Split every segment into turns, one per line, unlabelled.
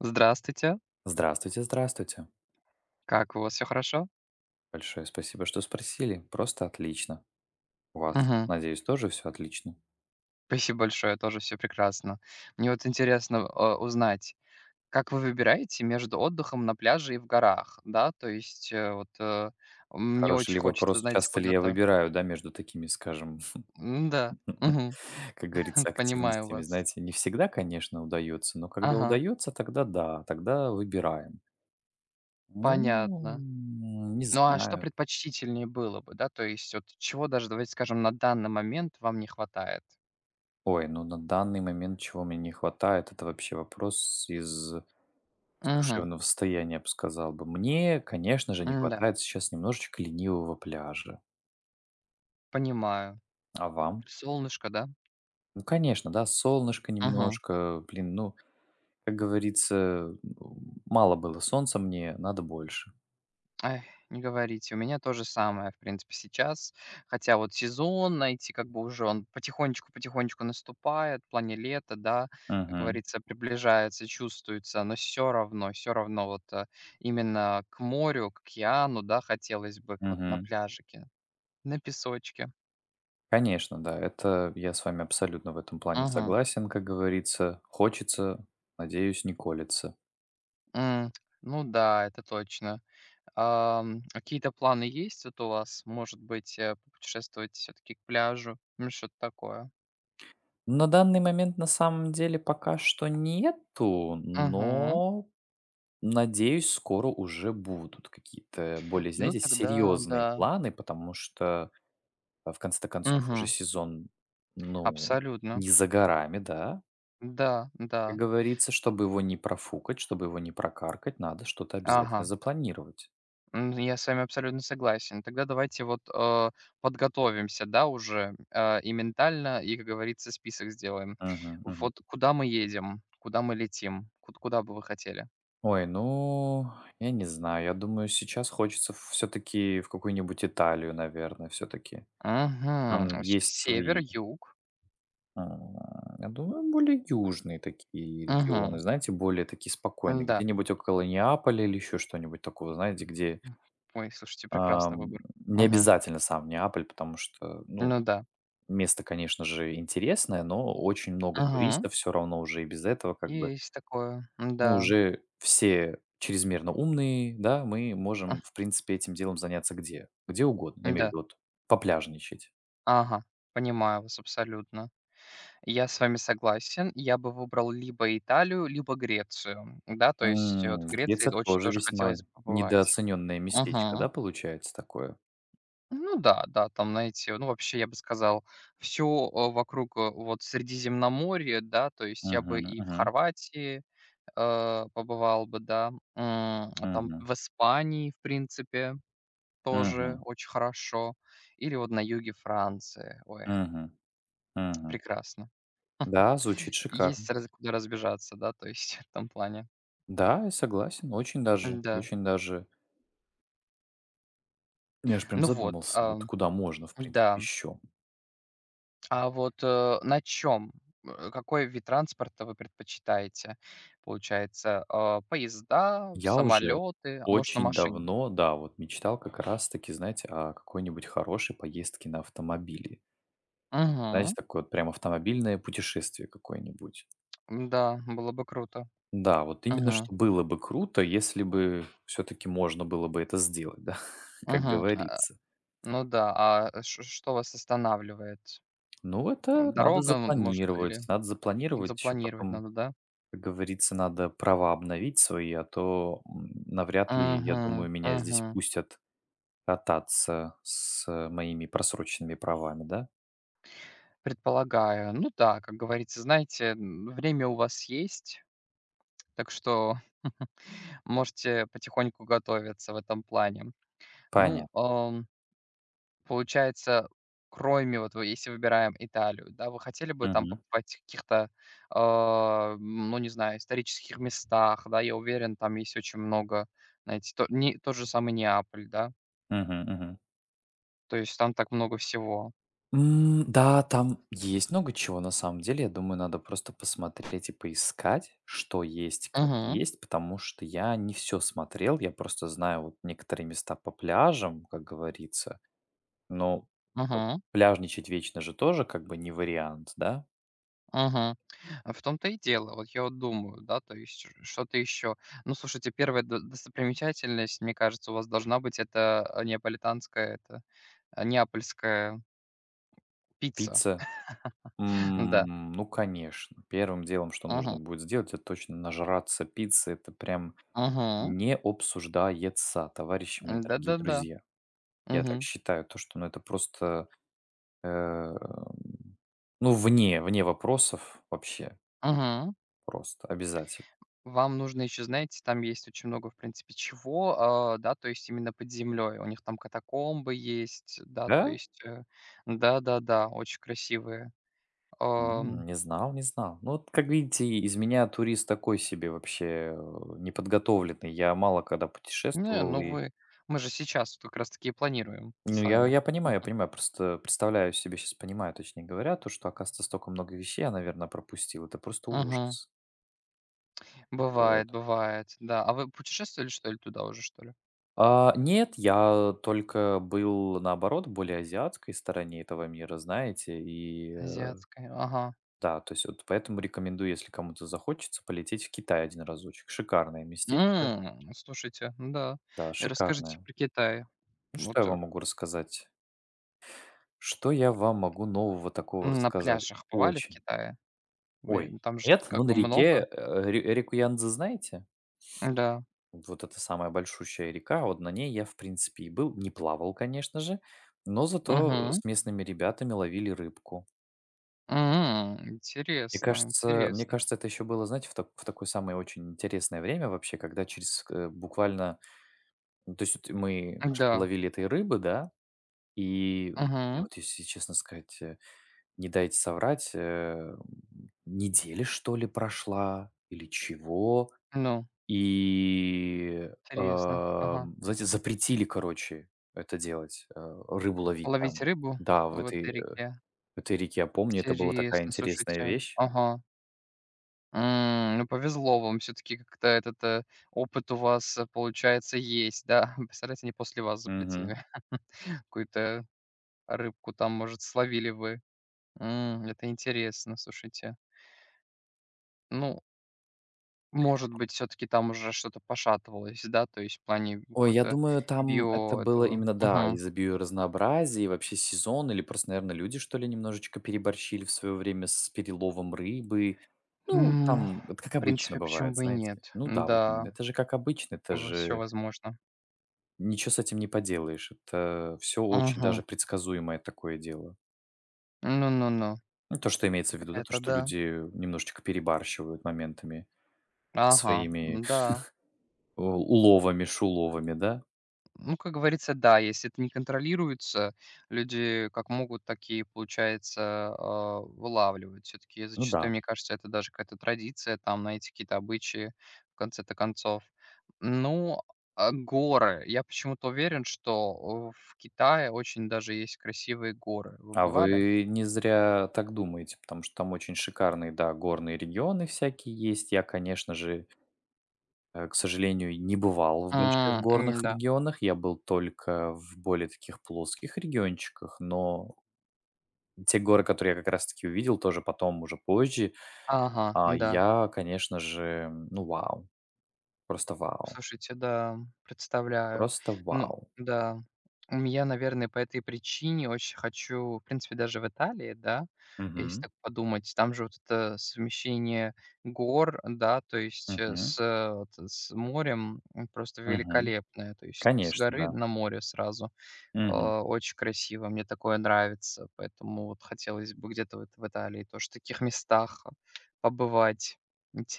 Здравствуйте.
Здравствуйте, здравствуйте.
Как у вас, все хорошо?
Большое спасибо, что спросили. Просто отлично. У вас,
Мгм.
надеюсь, тоже все отлично?
Спасибо большое, тоже все прекрасно. Мне вот интересно, узнать, как вы выбираете между отдыхом на пляже и в горах, да? То есть, мне
Хороший
очень
ли
хочется,
вопрос,
знаете,
часто ли я
куда-то
выбираю, да, между такими, скажем,
да, мгм,
как говорится,
понимаю
активностями,
вас.
знаете, не всегда, конечно, удается, но когда
Ага,
удается, тогда да, тогда выбираем. Ну,
понятно.
не
Ну, а что
знаю.
предпочтительнее было бы, да? То есть вот чего даже, давайте скажем, на данный момент вам не хватает?
Ой, ну на данный момент чего мне не хватает, это вообще вопрос из
Угу,
душевного состояния, я бы сказал бы. Мне, конечно же, не
да,
хватает сейчас немножечко ленивого пляжа.
понимаю.
А вам?
Солнышко, да?
Ну, конечно, да, солнышко
Мгм.
немножко. Блин, ну, как говорится, мало было солнца мне, надо больше.
Ай, не говорите, у меня то же самое, в принципе, сейчас. Хотя вот сезон найти, как бы уже он потихонечку-потихонечку наступает, в плане лета, да, как
Мгм.
говорится, приближается, чувствуется, но все равно вот именно к морю, к океану, да, хотелось бы к вот на
Мгм.
пляжике, на песочке.
Конечно, да, это я с вами абсолютно в этом плане
Мгм.
согласен, как говорится. Хочется, надеюсь, не колется.
М, ну да, это точно. Ам, какие-то планы есть вот у вас? Может быть, путешествовать все-таки к пляжу? Ну, что-то такое.
На данный момент, на самом деле, пока что нету,
Мгм.
но надеюсь, скоро уже будут какие-то более,
Ну
знаете,
тогда
серьезные
да.
планы, потому что. А в конце концов уже
Мгм.
сезон, ну,
Абсолютно.
не за горами, да,
Да,
как
да.
говорится. Чтобы его не профукать, чтобы его не прокаркать, надо что-то обязательно
Ага.
запланировать.
М, я с вами абсолютно согласен. Тогда давайте вот, подготовимся, да, уже, и ментально, и, как говорится, список сделаем.
Мгм, мгм.
Вот куда мы едем? Куда мы летим? Ку Куда бы вы хотели?
Ой, ну, я не знаю. Я думаю, сейчас хочется все-таки в какую-нибудь Италию, наверное, все-таки. Там
Угу,
есть
север,
свои,
юг.
м, я думаю, более южные такие регионы,
Угу,
знаете, более такие спокойные.
да.
Где-нибудь около Неаполя или еще что-нибудь такого, знаете, где.
Ой, слушайте, прекрасный
Ам,
выбор.
не
Угу,
обязательно сам Неаполь, потому что, ну,
ну да.
место, конечно же, интересное, но очень много
Угу,
туристов все равно уже и без этого как бы.
есть такое.
Мы
М-да.
уже все чрезмерно умные, да, мы можем, в принципе, этим делом заняться где? Где угодно, я
Да,
имею в
да.
виду вот попляжничать.
Ага, понимаю вас абсолютно. Я с вами согласен. Я бы выбрал либо Италию, либо Грецию. Да, то есть вот в Греции
Греция
очень
тоже
тоже
весьма
хотелось бы побывать.
недооцененное местечко, да,
Мгм.
получается такое?
Ну да, да, там, знаете, ну вообще я бы сказал, все вокруг вот Средиземноморья, да, то есть я бы
Мгм,
и в
мгм,
Хорватии побывал бы, да, м, а там
мгм,
в Испании, в принципе, тоже
мгм,
очень хорошо, или вот на юге Франции, ой,
мгм, мгм.
прекрасно.
Да, звучит шикарно.
Есть раз куда разбежаться, да, то есть в этом плане.
Да, я согласен, очень даже,
Да.
очень даже. Я аж прям
Ну вот,
задумался, вот
ам,
куда можно, в принципе,
да.
еще.
А вот, на чем? Какой вид транспорта вы предпочитаете? Получается, а, поезда,
Я уже
самолеты, а может, на
очень
машине?
давно, да, вот мечтал как раз-таки, знаете, о какой-нибудь хорошей поездке на автомобиле. Знаете,
Мгм.
такое вот прям автомобильное путешествие какое-нибудь.
Да, было бы круто.
Да, вот именно
Мгм.
что было бы круто, если бы все-таки можно было бы это сделать, да, как
Мгм. А,
говорится.
ну да, а э, ш что вас останавливает?
Ну, это
Дорога, м, может, или
надо запланировать еще
запланировать
потом.
надо, да?
Как говорится, надо права обновить свои, а то, навряд ли, я
Мгм.
думаю, меня здесь
Мгм.
пустят кататься с моими просроченными правами, да?
Предполагаю. Ну да, как говорится, знаете, м, время у вас есть, так что можете потихоньку готовиться в этом плане. Ну,
Понятно.
ам, получается, кроме вот, вы если выбираем Италию, да, вы хотели бы там
Мгм.
побывать в каких-то, ну, не знаю, исторических местах, да? Я уверен, там есть очень много, знаете, то не тот же самый Неаполь, да?
Мгм, мгм.
То есть там так много всего.
Да, там есть много чего на самом деле. Я думаю, надо просто посмотреть и поискать, что есть, как
Мгм.
есть, потому что я не все смотрел. Я просто знаю вот некоторые места по пляжам, как говорится. Но, э,
Мгм.
пляжничать вечно же тоже как бы не вариант, да?
Мгм. А в том-то и дело. Вот я вот думаю, да, то есть что-то еще. Ну, слушайте, первая достопримечательность, мне кажется, у вас должна быть это неаполитанская, это неапольская пицца.
Пицца.
Да.
Ну, конечно, первым делом, что нужно
Мгм.
будет сделать, это точно нажраться пиццы. Это прям
Мгм.
не обсуждается, товарищи мои дорогие
Да-да-да.
друзья. Я так
Мгм.
считаю, то, что ну, это просто, э, ну, вне вопросов вообще
Мгм.
просто обязательно.
Вам нужно еще, знаете, там есть очень много, в принципе, чего, а, да, то есть именно под землей. У них там катакомбы есть, да, то
Да?
есть, да-да-да, очень красивые.
М,
эм,
не знал, не знал. Ну, вот, как видите, из меня турист такой себе вообще, э, неподготовленный. Я мало когда
Не,
путешествовал
ну
и.
вы мы же сейчас вот как раз таки и планируем
Ну,
с
я
вами.
я понимаю, я понимаю, просто представляю себе, сейчас понимаю, точнее говоря, то, что, оказывается, столько много вещей я, наверное пропустил. Это просто
Мгм.
ужас. Вот.
Бывает, бывает, да. А вы путешествовали, что ли, туда уже, что ли?
А, нет, я только был, наоборот, более азиатской стороне этого мира, знаете, и,
Азиатская, ага.
да, то есть вот поэтому рекомендую, если кому-то захочется, полететь в Китай один разочек. Шикарное местечко.
М, слушайте, да.
Да,
И расскажите
шикарное.
про Китай.
Ну, что я
Вот,
вам могу рассказать? Что я вам могу нового такого
на
рассказать?
пляжах бывали в
Очень.
Китае?
Ой,
Уверен, там же
нет, ну
как
на
бы много.
реке, э, ре реку Янзы знаете?
Да.
Вот это самая большущая река, вот на ней я, в принципе, и был. Не плавал, конечно же, но зато
Угу.
с местными ребятами ловили рыбку.
М,
Мне
интересно,
кажется мне
интересно.
кажется, это еще было, знаете, в такое самое очень интересное время вообще, когда через, буквально ну, то есть вот мы пошли
Да.
половили этой рыбы, да, и я
Угу.
вот, если честно сказать, не дайте соврать, неделя, что ли, прошла или чего.
Ну,
И,
интересно. Ага.
знаете, запретили, короче, это делать, рыбу ловить
Ловить
там.
рыбу
Да, в
в
этой
этой реке?
в этой реке. Я помню, это была такая
Интересно,
интересная
слушайте.
вещь.
Ага. М, ну, повезло вам. Все таки как-то этот, опыт у вас, получается, есть, да. Представляете, они после вас
Мгм.
запретили. Какую-то рыбку там, может, словили вы. М, это интересно, слушайте. Ну, может быть, все таки там уже что-то пошатывалось, да, то есть в плане
Ой, я
какой-то
думаю, там это
био
было
этого.
именно, да,
Мгм.
из-за биоразнообразия и вообще сезон, или просто, наверное, люди, что ли, немножечко переборщили в свое время с переловом рыбы. Ну,
М,
там это как
в
обычно
принципе, почему
бывает,
бы и
знаете.
нет?
Ну да, вот именно.
Да,
Это же как обычно, это
все
же.
возможно.
Ничего с этим не поделаешь. Это все очень даже
Мгм.
предсказуемое такое дело.
Ну, ну, ну.
Ну, то, что имеется в виду, да, то,
Это
что
да.
люди немножечко перебарщивают моментами со
Ага,
своими
да.
у уловами, шуловами, да?
Ну, как говорится, да, если это не контролируется, люди как могут, такие получается, а, вылавливают. Все-таки
Ну да.
зачастую, мне кажется, это даже какая-то традиция, там, найти какие-то обычаи в конце-то концов. Ну, а горы. Я почему-то уверен, что в Китае очень даже есть красивые горы. Вы
А
бывали?
вы не зря так думаете, потому что там очень шикарные, да, горные регионы всякие есть. Я, конечно же, к сожалению, не бывал в больших
М, м,
горных
да.
регионах. Я был только в более таких плоских региончиках, но те горы, которые я как раз таки увидел тоже потом, уже позже.
Ага,
А,
да.
я, конечно же, ну, вау, просто вау,
Слушайте, да, представляю.
просто
Ну
вау.
да, у меня, наверное, по этой причине очень хочу, в принципе, даже в Италии, да, если
Мгм,
так подумать, там же вот это совмещение гор, да, то есть,
мгм,
вот с морем, м, просто
мгм.
великолепное. То есть с
Конечно,
горы
да.
на море сразу.
Мгм.
А, очень красиво, мне такое нравится, поэтому вот хотелось бы где-то вот в Италии тоже в таких местах побывать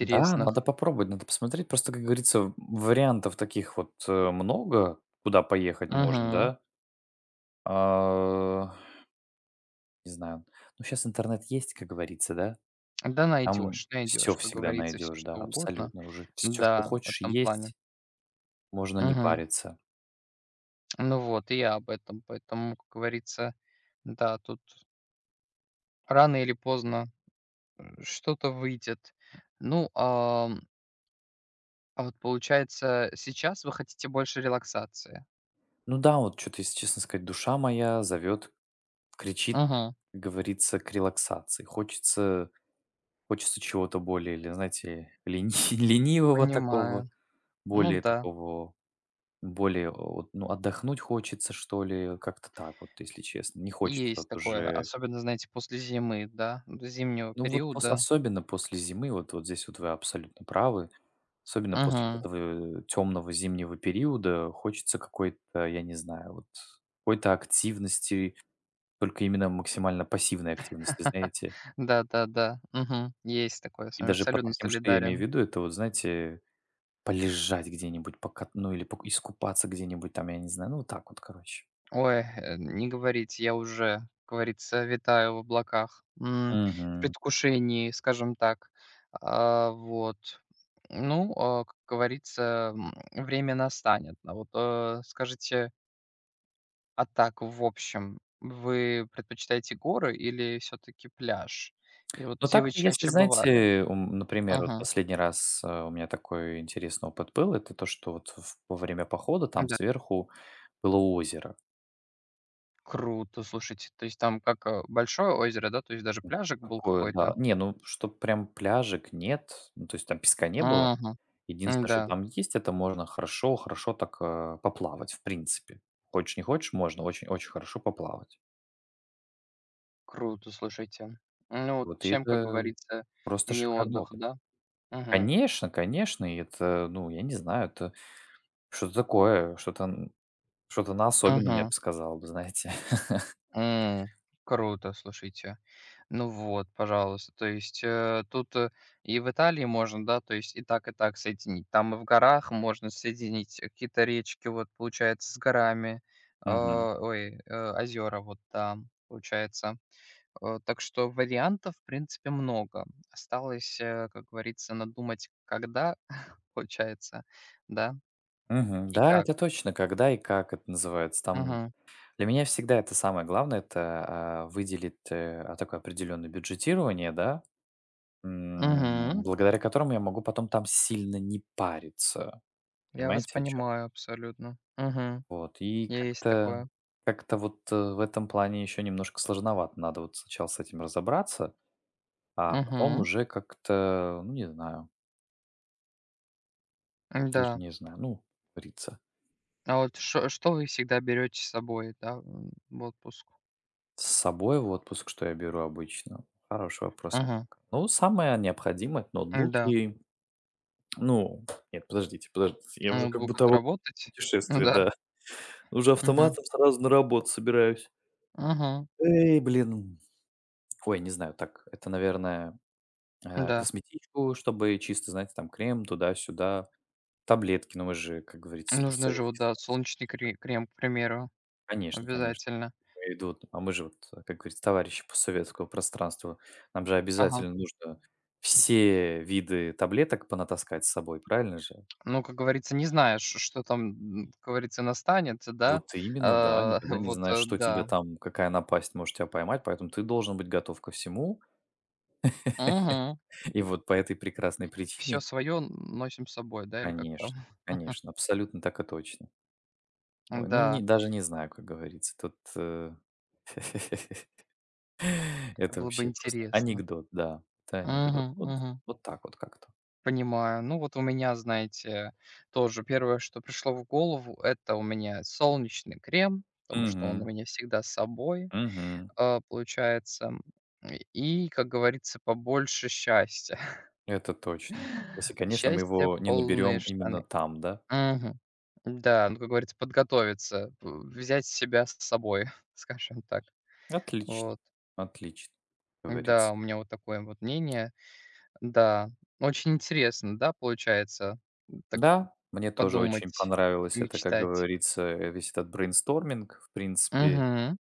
Да, надо попробовать, надо посмотреть. Просто, как говорится, вариантов таких вот, много, куда поехать можно,
Мгм.
да. А, не знаю, ну, сейчас интернет есть, как говорится, да.
Да
Там
найдешь,
все
найдешь, как
всегда
говорится, все
найдешь, да,
что угодно.
абсолютно уже. Все, что
Да, в
хочешь,
этом плане.
есть, можно не
Мгм.
париться.
Ну вот, и я об этом. Поэтому, как говорится, да, тут рано или поздно, что-то выйдет. Ну, ам, а вот получается, сейчас вы хотите больше релаксации.
Ну да, вот что то если честно сказать, душа моя зовет кричит,
Мгм.
как говорится, к релаксации. Хочется чего-то более, или, знаете, лени ленивого
Понимаю. Ну да,
такого, более, вот, ну, отдохнуть хочется, что ли, как-то так вот, если честно. Не хочется
есть
вот
такое,
уже,
особенно, знаете, после зимы, да, до зимнего
ну, вот пос
периода.
особенно после зимы, вот здесь вот вы абсолютно правы. Особенно после вот
Мгм.
этого темного зимнего периода хочется какой-то, я не знаю, вот какой-то активности, только именно максимально пассивной активности, знаете.
Да-да-да. Мгм. Есть такое, с
И
вами
даже под
абсолютно
таким, что я имею в
солидарен.
виду, это вот, знаете, полежать где-нибудь, покат ну, или пок искупаться где-нибудь там, я не знаю, ну, вот так вот, короче.
Ой, не говорите, я уже, как говорится, витаю в облаках, м, в
Мгм.
предвкушении, скажем так. А, вот. Ну, а, как говорится, м, время настанет. А вот скажите, а так, в общем, вы предпочитаете горы или все-таки пляж? И вот
Ну,
где вы
так-то, если,
чаще бывали?
знаете, ум например, вот
Ага,
последний раз, у меня такой интересный опыт был. Это то, что вот в во время похода там
да.
сверху было озеро.
Круто, слушайте. То есть там как большое озеро, да? То есть даже пляжик был
Такое, да.
какой-то?
Не, ну, чтоб прям пляжек нет, ну, то есть там песка не было.
Ага,
Единственное, что
да.
там есть, это можно хорошо хорошо так, поплавать, в принципе. Хочешь не хочешь — можно очень очень хорошо поплавать.
Круто, слушайте. Ну, вот
Вот и
чем, как
это
говорится,
просто
не
шикарный
отдых,
опыт.
да? Мгм.
Конечно, конечно, и это, ну, я не знаю, это что-то такое, что-то что-то на особенном, я
Мгм.
бы сказал, вы знаете.
М. Круто, слушайте. Ну вот, пожалуйста. То есть, и в Италии можно, да, то есть и так соединить. Там и в горах можно соединить какие-то речки, вот, получается, с горами.
Мгм.
Озера вот там, получается. Так что вариантов, в принципе, много. Осталось, как говорится, надумать, когда, получается, да?
Мгм.
И
Да,
как?
это точно, когда и как это называется. Там
Мгм.
для меня всегда это самое главное, это выделить такое определенное бюджетирование, да,
Мгм.
благодаря которому я могу потом там сильно не париться.
Я вас
Понимаете, о.
понимаю абсолютно. Мгм.
Вот, и
Есть
как-то
такое.
как-то вот, в этом плане еще немножко сложновато. Надо вот сначала с этим разобраться, а потом
Угу,
уже как-то, ну, не знаю, даже
да.
не знаю, ну, как говорится.
А вот шо что вы всегда берете с собой, да, м, в отпуск?
С собой в отпуск что я беру обычно? Хороший вопрос.
Мгм.
Ну, самое необходимое — это
Да.
ноутбуки. Ну, нет, подождите, подождите, я уже как
Ноутбук
будто в
отработать? Ну
путешествии, да.
да.
Уже
Угу,
автоматом сразу на работу собираюсь.
угу.
Эй, блин. Ой, не знаю, так, это, наверное,
Да.
косметичку, чтобы чисто, знаете, там крем туда-сюда, таблетки, ну, мы же, как говорится, с
Нужно же вот,
постсоветских.
да, солнечный крем, к примеру,
Конечно, конечно.
обязательно.
Я имею в виду, вот, а мы же, вот, как говорится, товарищи постсоветского пространства. Нам же
Ага.
обязательно нужно все виды таблеток понатаскать с собой, правильно же?
Ну, как говорится, не знаешь, что там, м, как говорится, настанет, да?
Вот именно, да,
А,
никогда не
вот,
знаешь, что тебя
да.
там, какая напасть может тебя поймать, поэтому ты должен быть готов ко всему.
Угу.
И вот по этой прекрасной
Все
причине,
свое носим с собой, да, или как там?
конечно, конечно, абсолютно так и точно. Ой, ну не
Да,
даже не знаю, как говорится. Тут,
это
это
было бы
вообще просто
интересно.
анекдот, да. Это анекдот.
Мгм,
Вот
мгм.
вот так вот как-то.
Понимаю. Ну, вот у меня, знаете, тоже первое, что пришло в голову- это у меня солнечный крем, потому что он у
Угу,
меня всегда с собой,
угу.
а, получается. И, как говорится, побольше счастья.
Это точно. Если, конечно, мы
Счастье
его не
полные
наберем именно
штаны.
там, да?
Мгм. Да, ну, как говорится, подготовиться, п взять себя с собой, скажем так.
Отлично,
Вот.
отлично, как
Да,
говорится.
у меня вот такое вот мнение. Да, очень интересно, да, получается, м, так
Да, мне тоже очень
подумать,
понравилось это, как
мечтать.
говорится, весь этот брейнсторминг, в принципе.
Мгм.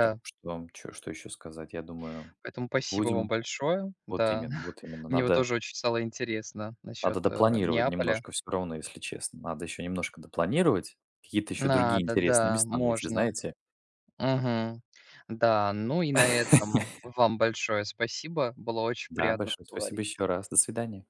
Так что, чё что еще сказать? Я думаю,
поэтому спасибо вам
будем.
большое.
Вот
Да,
именно, вот именно.
мне вот
Надо
тоже очень стало интересно
Надо
насчет,
допланировать
Неаполя.
немножко все равно, если честно. Надо еще немножко допланировать, какие-то еще другие
Надо,
интересные
да,
места найти,
можно.
знаете.
Мгм. Да, ну и на этом вам большое спасибо. Было очень
Да,
приятно
большое спасибо еще
поговорить.
раз. До свидания.